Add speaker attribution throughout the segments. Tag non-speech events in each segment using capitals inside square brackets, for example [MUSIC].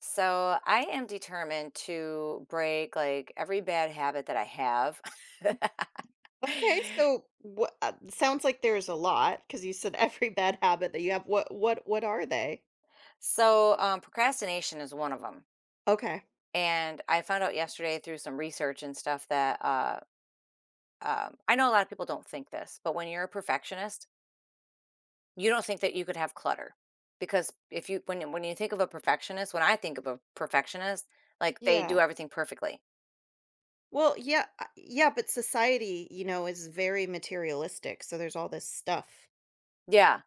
Speaker 1: So I am determined to break like every bad habit that I have.
Speaker 2: Okay,
Speaker 1: [LAUGHS]
Speaker 2: so what sounds like there's a lot because you said [LAUGHS] every bad habit that you have. What are they?
Speaker 1: Procrastination is one of them,
Speaker 2: Okay.
Speaker 1: and I found out yesterday through some research and stuff that I know a lot of people don't think this, but when you're a perfectionist, you don't think that you could have clutter because if you when you- when you think of a perfectionist, when I think of a perfectionist, like they
Speaker 2: Yeah.
Speaker 1: do everything perfectly.
Speaker 2: Well, yeah, yeah, but society, you know, is very materialistic, so there's all this stuff.
Speaker 1: Yeah,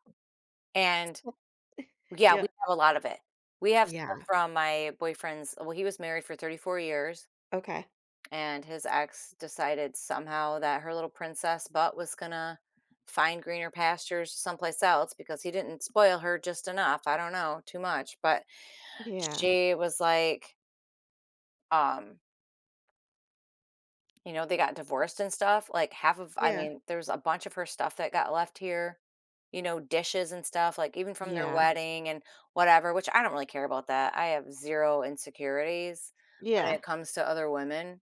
Speaker 1: and
Speaker 2: Well, [LAUGHS]
Speaker 1: yeah,
Speaker 2: Yeah.
Speaker 1: we have a lot of it. We have stuff
Speaker 2: Yeah.
Speaker 1: from my boyfriend's well, he was married for 34 years,
Speaker 2: Okay.
Speaker 1: and his ex decided somehow that her little princess butt was gonna find greener pastures someplace else because he didn't spoil her just enough. I don't know, too much, but
Speaker 2: Yeah.
Speaker 1: she was like, um you know, they got divorced and stuff, like, half of I
Speaker 2: Yeah.
Speaker 1: mean, there's a bunch of her stuff that got left here, you know, dishes and stuff, like, even from their
Speaker 2: Yeah.
Speaker 1: wedding and whatever, which I don't really care about that. I have 0 insecurities when
Speaker 2: Yeah.
Speaker 1: it comes to other women,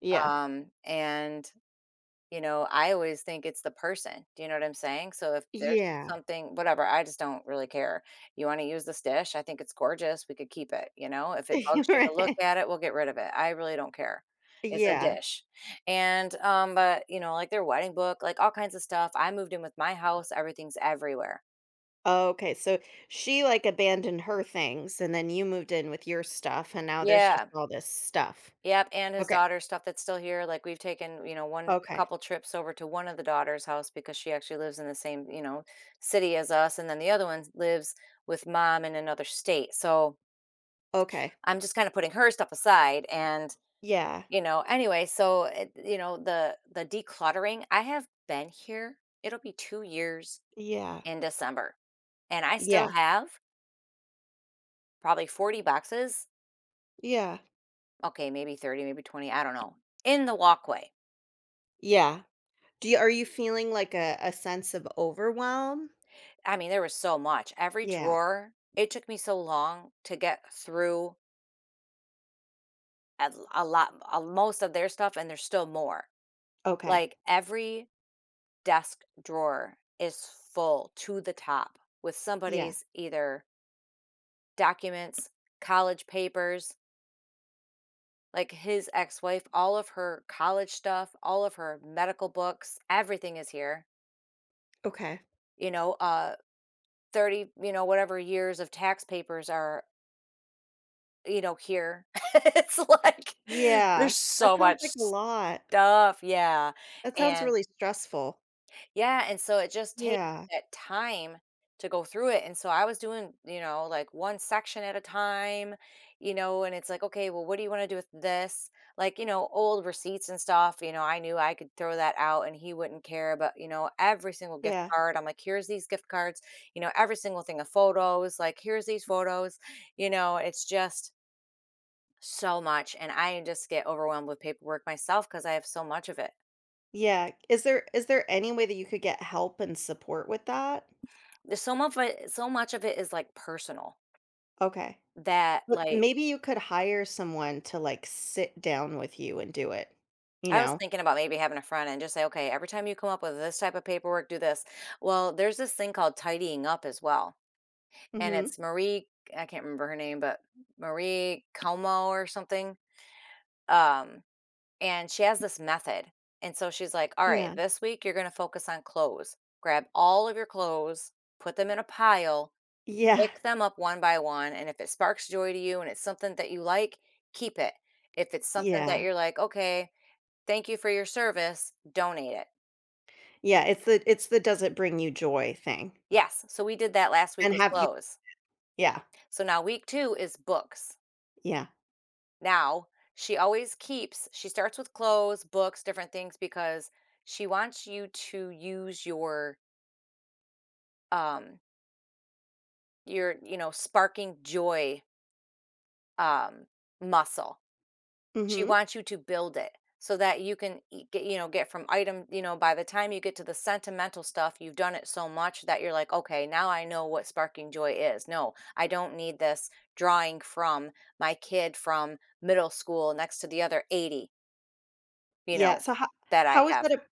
Speaker 2: Yeah.
Speaker 1: and you know, I always think it's the person. Do you know what I'm saying? So if there's
Speaker 2: Yeah.
Speaker 1: something, whatever, I just don't really care. You want to use this dish? I think it's gorgeous. We could keep it. You know, if it
Speaker 2: [LAUGHS]
Speaker 1: bugs you to look
Speaker 2: Right.
Speaker 1: at it, we'll get rid of it. I really don't care. It's a
Speaker 2: Yeah.
Speaker 1: dish. And, but, you know, like their wedding book, like all kinds of stuff. I moved in with my house, everything's everywhere.
Speaker 2: Okay, so she like abandoned her things and then you moved in with your stuff and now there's just
Speaker 1: Yeah.
Speaker 2: all this stuff.
Speaker 1: Yep, and his
Speaker 2: Okay.
Speaker 1: daughter's stuff that's still here, like, we've taken, you know, one a
Speaker 2: Okay.
Speaker 1: couple trips over to one of the daughter's house because she actually lives in the same, you know, city as us, and then the other one lives with mom in another state, so
Speaker 2: Okay.
Speaker 1: I'm just kinda putting her stuff aside and,
Speaker 2: Yeah.
Speaker 1: you know, anyway, so it you know, the decluttering, I have been here, it'll be 2 years
Speaker 2: Yeah.
Speaker 1: in December, and I still
Speaker 2: Yeah.
Speaker 1: have probably 40 boxes,
Speaker 2: Yeah.
Speaker 1: okay, maybe 30, maybe 20, I don't know, in the walkway.
Speaker 2: Yeah. Do you Are you feeling like a sense of overwhelm?
Speaker 1: I mean, there was so much. Every
Speaker 2: Yeah.
Speaker 1: drawer, it took me so long to get through a most of their stuff, and there's still more.
Speaker 2: Okay.
Speaker 1: Like every desk drawer is full to the top with
Speaker 2: Yeah.
Speaker 1: somebody's either documents, college papers, like his ex wife, all of her college stuff, all of her medical books, everything is here.
Speaker 2: Okay.
Speaker 1: You know, uh, 30, you know, whatever years of tax papers are, you know, here. [LAUGHS] It's like
Speaker 2: Yeah.
Speaker 1: there's
Speaker 2: That
Speaker 1: so
Speaker 2: sounds
Speaker 1: much
Speaker 2: like a lot.
Speaker 1: stuff, yeah,
Speaker 2: That sounds
Speaker 1: and
Speaker 2: really stressful.
Speaker 1: yeah, and so it just takes
Speaker 2: Yeah.
Speaker 1: that time to go through it, and so I was doing, you know, like, 1 section at a time, you know, and it's like, "Okay, well, what do you wanna do with this?" Like, you know, old receipts and stuff, you know, I knew I could throw that out and he wouldn't care, but, you know, every single gift
Speaker 2: Yeah.
Speaker 1: card, I'm like, "Here's these gift cards," you know, every single thing of photos, like, "Here's these photos," you know, it's just so much, and I just get overwhelmed with paperwork myself because I have so much of it.
Speaker 2: Yeah. Is there any way that you could get help and support with that?
Speaker 1: There's so much of it, so much of it is like personal
Speaker 2: Okay.
Speaker 1: that,
Speaker 2: But
Speaker 1: like,
Speaker 2: maybe you could hire someone to like sit down with you and do it, you
Speaker 1: I was
Speaker 2: know?
Speaker 1: thinking about maybe having a friend and just say, okay, every time you come up with this type of paperwork, do this. Well, there's this thing called Tidying Up as well. And
Speaker 2: Mhm.
Speaker 1: it's Marie, I can't remember her name, but Marie Como or something. Um, and she has this method. And so she's like, all right,
Speaker 2: Yeah.
Speaker 1: this week you're going to focus on clothes. Grab all of your clothes, put them in a pile,
Speaker 2: Yeah.
Speaker 1: pick them up one by one, and if it sparks joy to you and it's something that you like, keep it. If it's something that
Speaker 2: Yeah.
Speaker 1: you're like, "Okay, thank you for your service," donate it.
Speaker 2: Yeah, it's the "Does it bring you joy?" thing.
Speaker 1: Yes, so we did that last week
Speaker 2: And
Speaker 1: with
Speaker 2: have you
Speaker 1: clothes.
Speaker 2: Yeah,
Speaker 1: So now week 2 is books.
Speaker 2: yeah.
Speaker 1: Now, she always keeps she starts with clothes, books, different things because she wants you to use um your, you know, sparking joy, um, muscle. She
Speaker 2: Mhm.
Speaker 1: wants you to build it so that you know, get from item, you know, by the time you get to the sentimental stuff, you've done it so much that you're like, "Okay, now I know what sparking joy is. No, I don't need this drawing from my kid from middle school next to the other 80, you
Speaker 2: Yeah,
Speaker 1: know,
Speaker 2: so how
Speaker 1: that I
Speaker 2: how is that
Speaker 1: have."
Speaker 2: a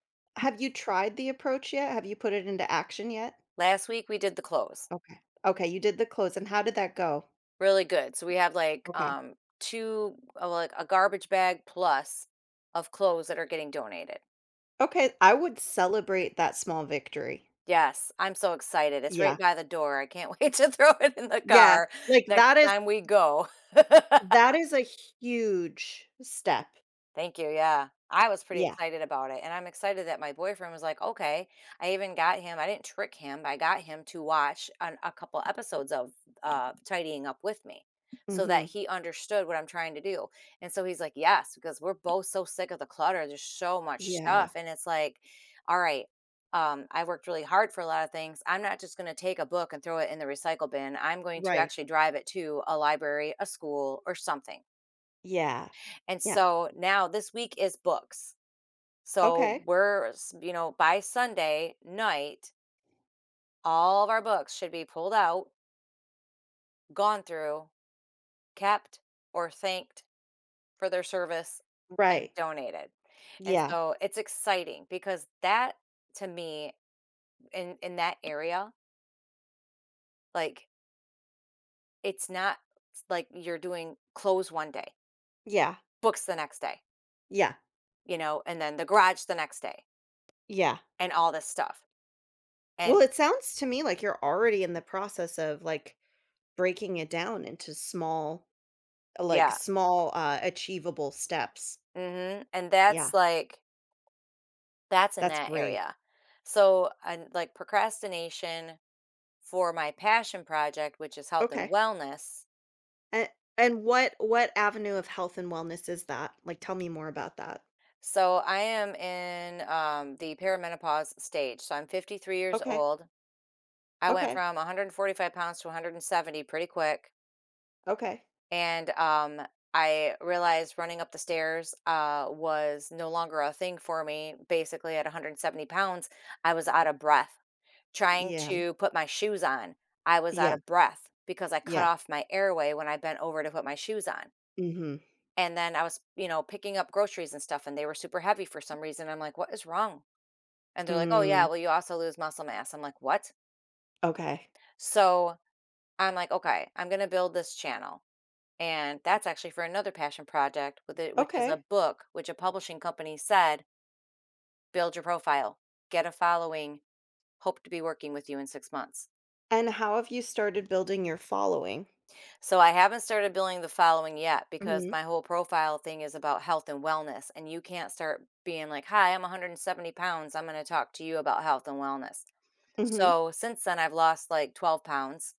Speaker 2: have you tried the approach yet? Have you put it into action yet?
Speaker 1: Last week, we did the clothes.
Speaker 2: Okay. Okay, you did the clothes, and how did that go?
Speaker 1: Really good. So we have, like,
Speaker 2: Okay.
Speaker 1: 2, like, a garbage bag plus of clothes that are getting donated.
Speaker 2: Okay, I would celebrate that small victory.
Speaker 1: Yes, I'm so excited. It's right
Speaker 2: Yeah.
Speaker 1: by the door. I can't [LAUGHS] wait to throw it in the
Speaker 2: Yeah,
Speaker 1: car
Speaker 2: like,
Speaker 1: next time we go. [LAUGHS]
Speaker 2: that is a huge step.
Speaker 1: Thank you, yeah. I was pretty
Speaker 2: Yeah.
Speaker 1: excited about it, and I'm excited that my boyfriend was like, "Okay." I even got him, I didn't trick him, but I got him to watch an a couple episodes of, Tidying Up with me so that
Speaker 2: Mhm.
Speaker 1: he understood what I'm trying to do, and so he's like, "Yes," because we're both so sick of the clutter, there's so much
Speaker 2: Yeah.
Speaker 1: stuff, and it's like, "All right, I worked really hard for a lot of things, I'm not just gonna take a book and throw it in the recycle bin, I'm going to
Speaker 2: Right.
Speaker 1: actually drive it to a library, a school, or something."
Speaker 2: Yeah.
Speaker 1: And
Speaker 2: Yeah.
Speaker 1: so now this week is books. So
Speaker 2: Okay.
Speaker 1: you know, by Sunday night, all of our books should be pulled out, gone through, kept, or thanked for their service and
Speaker 2: Right.
Speaker 1: donated. And
Speaker 2: Yeah.
Speaker 1: so it's exciting because that, to me, in that area, like, it's not like you're doing clothes one day,
Speaker 2: Yeah.
Speaker 1: books the next day,
Speaker 2: Yeah.
Speaker 1: you know, and then the garage the next day
Speaker 2: Yeah. Yeah.
Speaker 1: and all this stuff.
Speaker 2: Well,
Speaker 1: And
Speaker 2: it sounds to me like you're already in the process of, like, breaking it down into small, like,
Speaker 1: yeah,
Speaker 2: small, achievable steps.
Speaker 1: mhm, and
Speaker 2: Yeah,
Speaker 1: that's, like, that's in
Speaker 2: that's
Speaker 1: that
Speaker 2: great.
Speaker 1: area. So, and, like, procrastination for my passion project, which is health and
Speaker 2: Okay.
Speaker 1: wellness.
Speaker 2: And what avenue of health and wellness is that? Like, tell me more about that.
Speaker 1: So, I am in, the perimenopause stage, so I'm 53 years
Speaker 2: Okay,
Speaker 1: old. I went
Speaker 2: okay,
Speaker 1: from 145 pounds to 170 pretty quick,
Speaker 2: okay.
Speaker 1: and, I realized running up the stairs, was no longer a thing for me. Basically, at 170 pounds, I was out of breath. Trying
Speaker 2: Yeah,
Speaker 1: to put my shoes on, I was out
Speaker 2: yeah,
Speaker 1: of breath because I cut
Speaker 2: yeah.
Speaker 1: off my airway when I bent over to put my shoes on.
Speaker 2: Mhm.
Speaker 1: And then I was, you know, picking up groceries and stuff, and they were super heavy for some reason. I'm like, what is wrong? And they're like, oh, yeah,
Speaker 2: Mm,
Speaker 1: well, you also lose muscle mass. I'm like, what?
Speaker 2: okay,
Speaker 1: So I'm like, okay, I'm going to build this channel. And that's actually for another passion project, with it, which is a
Speaker 2: okay.
Speaker 1: book, which a publishing company said, build your profile, get a following, hope to be working with you in 6 months.
Speaker 2: And how have you started building your following?
Speaker 1: So I haven't started building the following yet because
Speaker 2: Mhm,
Speaker 1: my whole profile thing is about health and wellness. And you can't start being like, hi, I'm 170 pounds. I'm going to talk to you about health and wellness.
Speaker 2: mhm.
Speaker 1: So since then, I've lost like 12 pounds.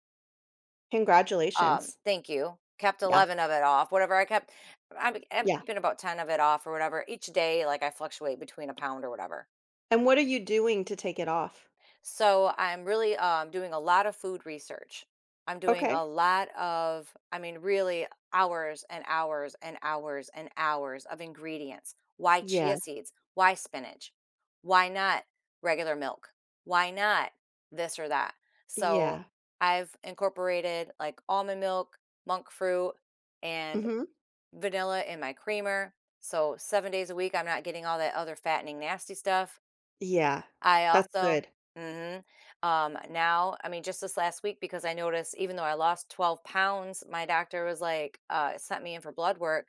Speaker 2: Congratulations.
Speaker 1: Thank you. Kept
Speaker 2: Yeah,
Speaker 1: 11 of it off, whatever I kept. I'm
Speaker 2: yeah.
Speaker 1: keeping about 10 of it off or whatever. Each day, like, I fluctuate between a pound or whatever.
Speaker 2: And what are you doing to take it off?
Speaker 1: So I'm really doing a lot of food research. I'm doing a
Speaker 2: Okay.
Speaker 1: lot of, I mean, really hours and hours and hours and hours of ingredients. Why
Speaker 2: Yeah.
Speaker 1: chia seeds? Why spinach? Why not regular milk? Why not this or that? So
Speaker 2: Yeah.
Speaker 1: I've incorporated like almond milk, monk fruit, and
Speaker 2: Mhm.
Speaker 1: vanilla in my creamer. So 7 days a week, I'm not getting all that other fattening, nasty stuff.
Speaker 2: Yeah.
Speaker 1: I
Speaker 2: That's
Speaker 1: also
Speaker 2: good.
Speaker 1: mhm, now, I mean, just this last week because I noticed even though I lost 12 pounds, my doctor was like, sent me in for blood work.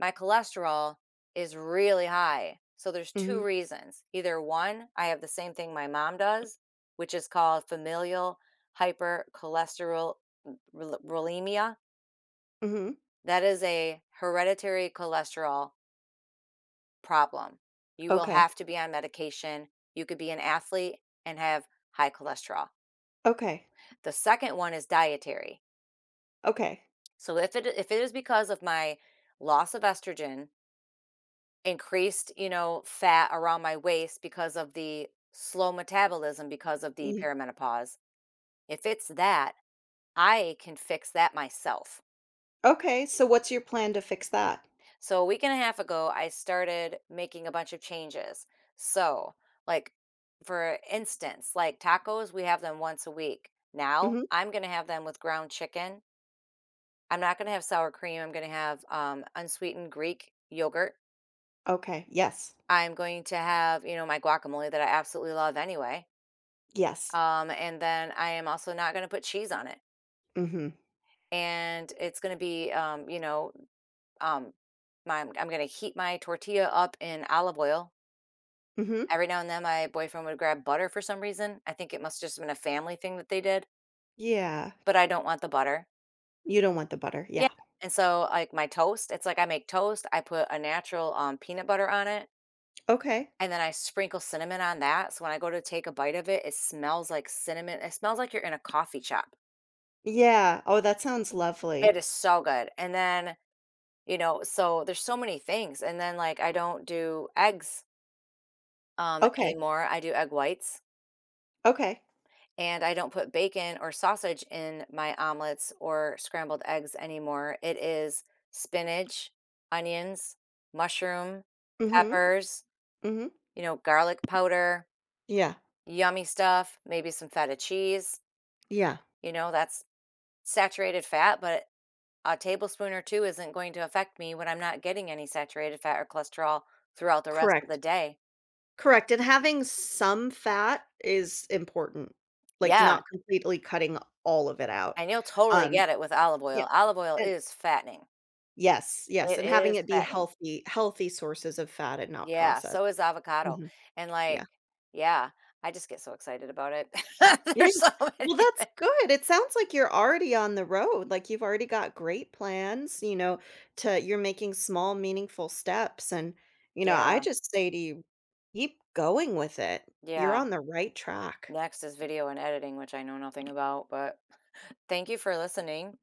Speaker 1: My cholesterol is really high. So there's
Speaker 2: Mhm.
Speaker 1: two reasons. Either one, I have the same thing my mom does, which is called familial hypercholesterolemia.
Speaker 2: Mhm.
Speaker 1: That is a hereditary cholesterol problem. You will
Speaker 2: Okay.
Speaker 1: have to be on medication. You could be an athlete and have high cholesterol.
Speaker 2: Okay.
Speaker 1: The second one is dietary.
Speaker 2: Okay.
Speaker 1: So if it is because of my loss of estrogen, increased, you know, fat around my waist because of the slow metabolism because of the
Speaker 2: Yeah.
Speaker 1: perimenopause, if it's that, I can fix that myself.
Speaker 2: Okay, so what's your plan to fix that?
Speaker 1: So a week and a half ago, I started making a bunch of changes. So, like for instance, like tacos, we have them once a week. Now,
Speaker 2: Mhm.
Speaker 1: I'm going to have them with ground chicken. I'm not going to have sour cream. I'm going to have unsweetened Greek yogurt.
Speaker 2: Okay. Yes.
Speaker 1: I'm going to have, you know, my guacamole that I absolutely love anyway.
Speaker 2: Yes.
Speaker 1: And then I am also not going to put cheese on it.
Speaker 2: Mhm.
Speaker 1: And it's going to be, um, I'm going to heat my tortilla up in olive oil.
Speaker 2: Mhm.
Speaker 1: Every now and then, my boyfriend would grab butter for some reason. I think it must just been a family thing that they did,
Speaker 2: Yeah.
Speaker 1: but I don't want the butter.
Speaker 2: You don't want the butter.
Speaker 1: Yeah.
Speaker 2: Yeah.
Speaker 1: And so, like my toast, it's like I make toast. I put a natural peanut butter on it.
Speaker 2: Okay.
Speaker 1: And then I sprinkle cinnamon on that, so when I go to take a bite of it, it smells like cinnamon. It smells like you're in a coffee shop.
Speaker 2: Yeah. Oh, that sounds
Speaker 1: It
Speaker 2: lovely.
Speaker 1: is so good. And then, you know, so there's so many things. And then like I don't do eggs
Speaker 2: Okay.
Speaker 1: anymore. I do egg whites
Speaker 2: Okay.
Speaker 1: and I don't put bacon or sausage in my omelets or scrambled eggs anymore. It is spinach, onions, mushroom,
Speaker 2: Mhm.
Speaker 1: peppers,
Speaker 2: Mhm.
Speaker 1: you know, garlic powder,
Speaker 2: Yeah.
Speaker 1: yummy stuff, maybe some feta cheese.
Speaker 2: Yeah.
Speaker 1: You know, that's saturated fat, but a tablespoon or 2 isn't going to affect me when I'm not getting any saturated fat or cholesterol throughout the rest of
Speaker 2: Correct.
Speaker 1: the day.
Speaker 2: Correct, and having some fat is important, like,
Speaker 1: Yeah,
Speaker 2: not completely cutting all of it out.
Speaker 1: and you'll totally
Speaker 2: Um,
Speaker 1: get it with olive
Speaker 2: yeah,
Speaker 1: oil. Olive oil
Speaker 2: and
Speaker 1: is fattening.
Speaker 2: Yes, yes,
Speaker 1: It
Speaker 2: and having
Speaker 1: is
Speaker 2: it be
Speaker 1: fattening.
Speaker 2: healthy sources of fat and not
Speaker 1: Yeah,
Speaker 2: processed.
Speaker 1: so is avocado,
Speaker 2: Mhm,
Speaker 1: and,
Speaker 2: yeah. [LAUGHS]
Speaker 1: yeah, I just get so excited about it. [LAUGHS]
Speaker 2: Yeah.
Speaker 1: There's so many
Speaker 2: Well, that's
Speaker 1: thi
Speaker 2: good, it sounds like you're already on the road, like, you've already got great plans, you know, to you're making small, meaningful steps, and, you know, I
Speaker 1: Yeah,
Speaker 2: just say to you, keep going with it. You're
Speaker 1: yeah.
Speaker 2: on the right track.
Speaker 1: Next is video and editing, which I know nothing about, but thank you for listening.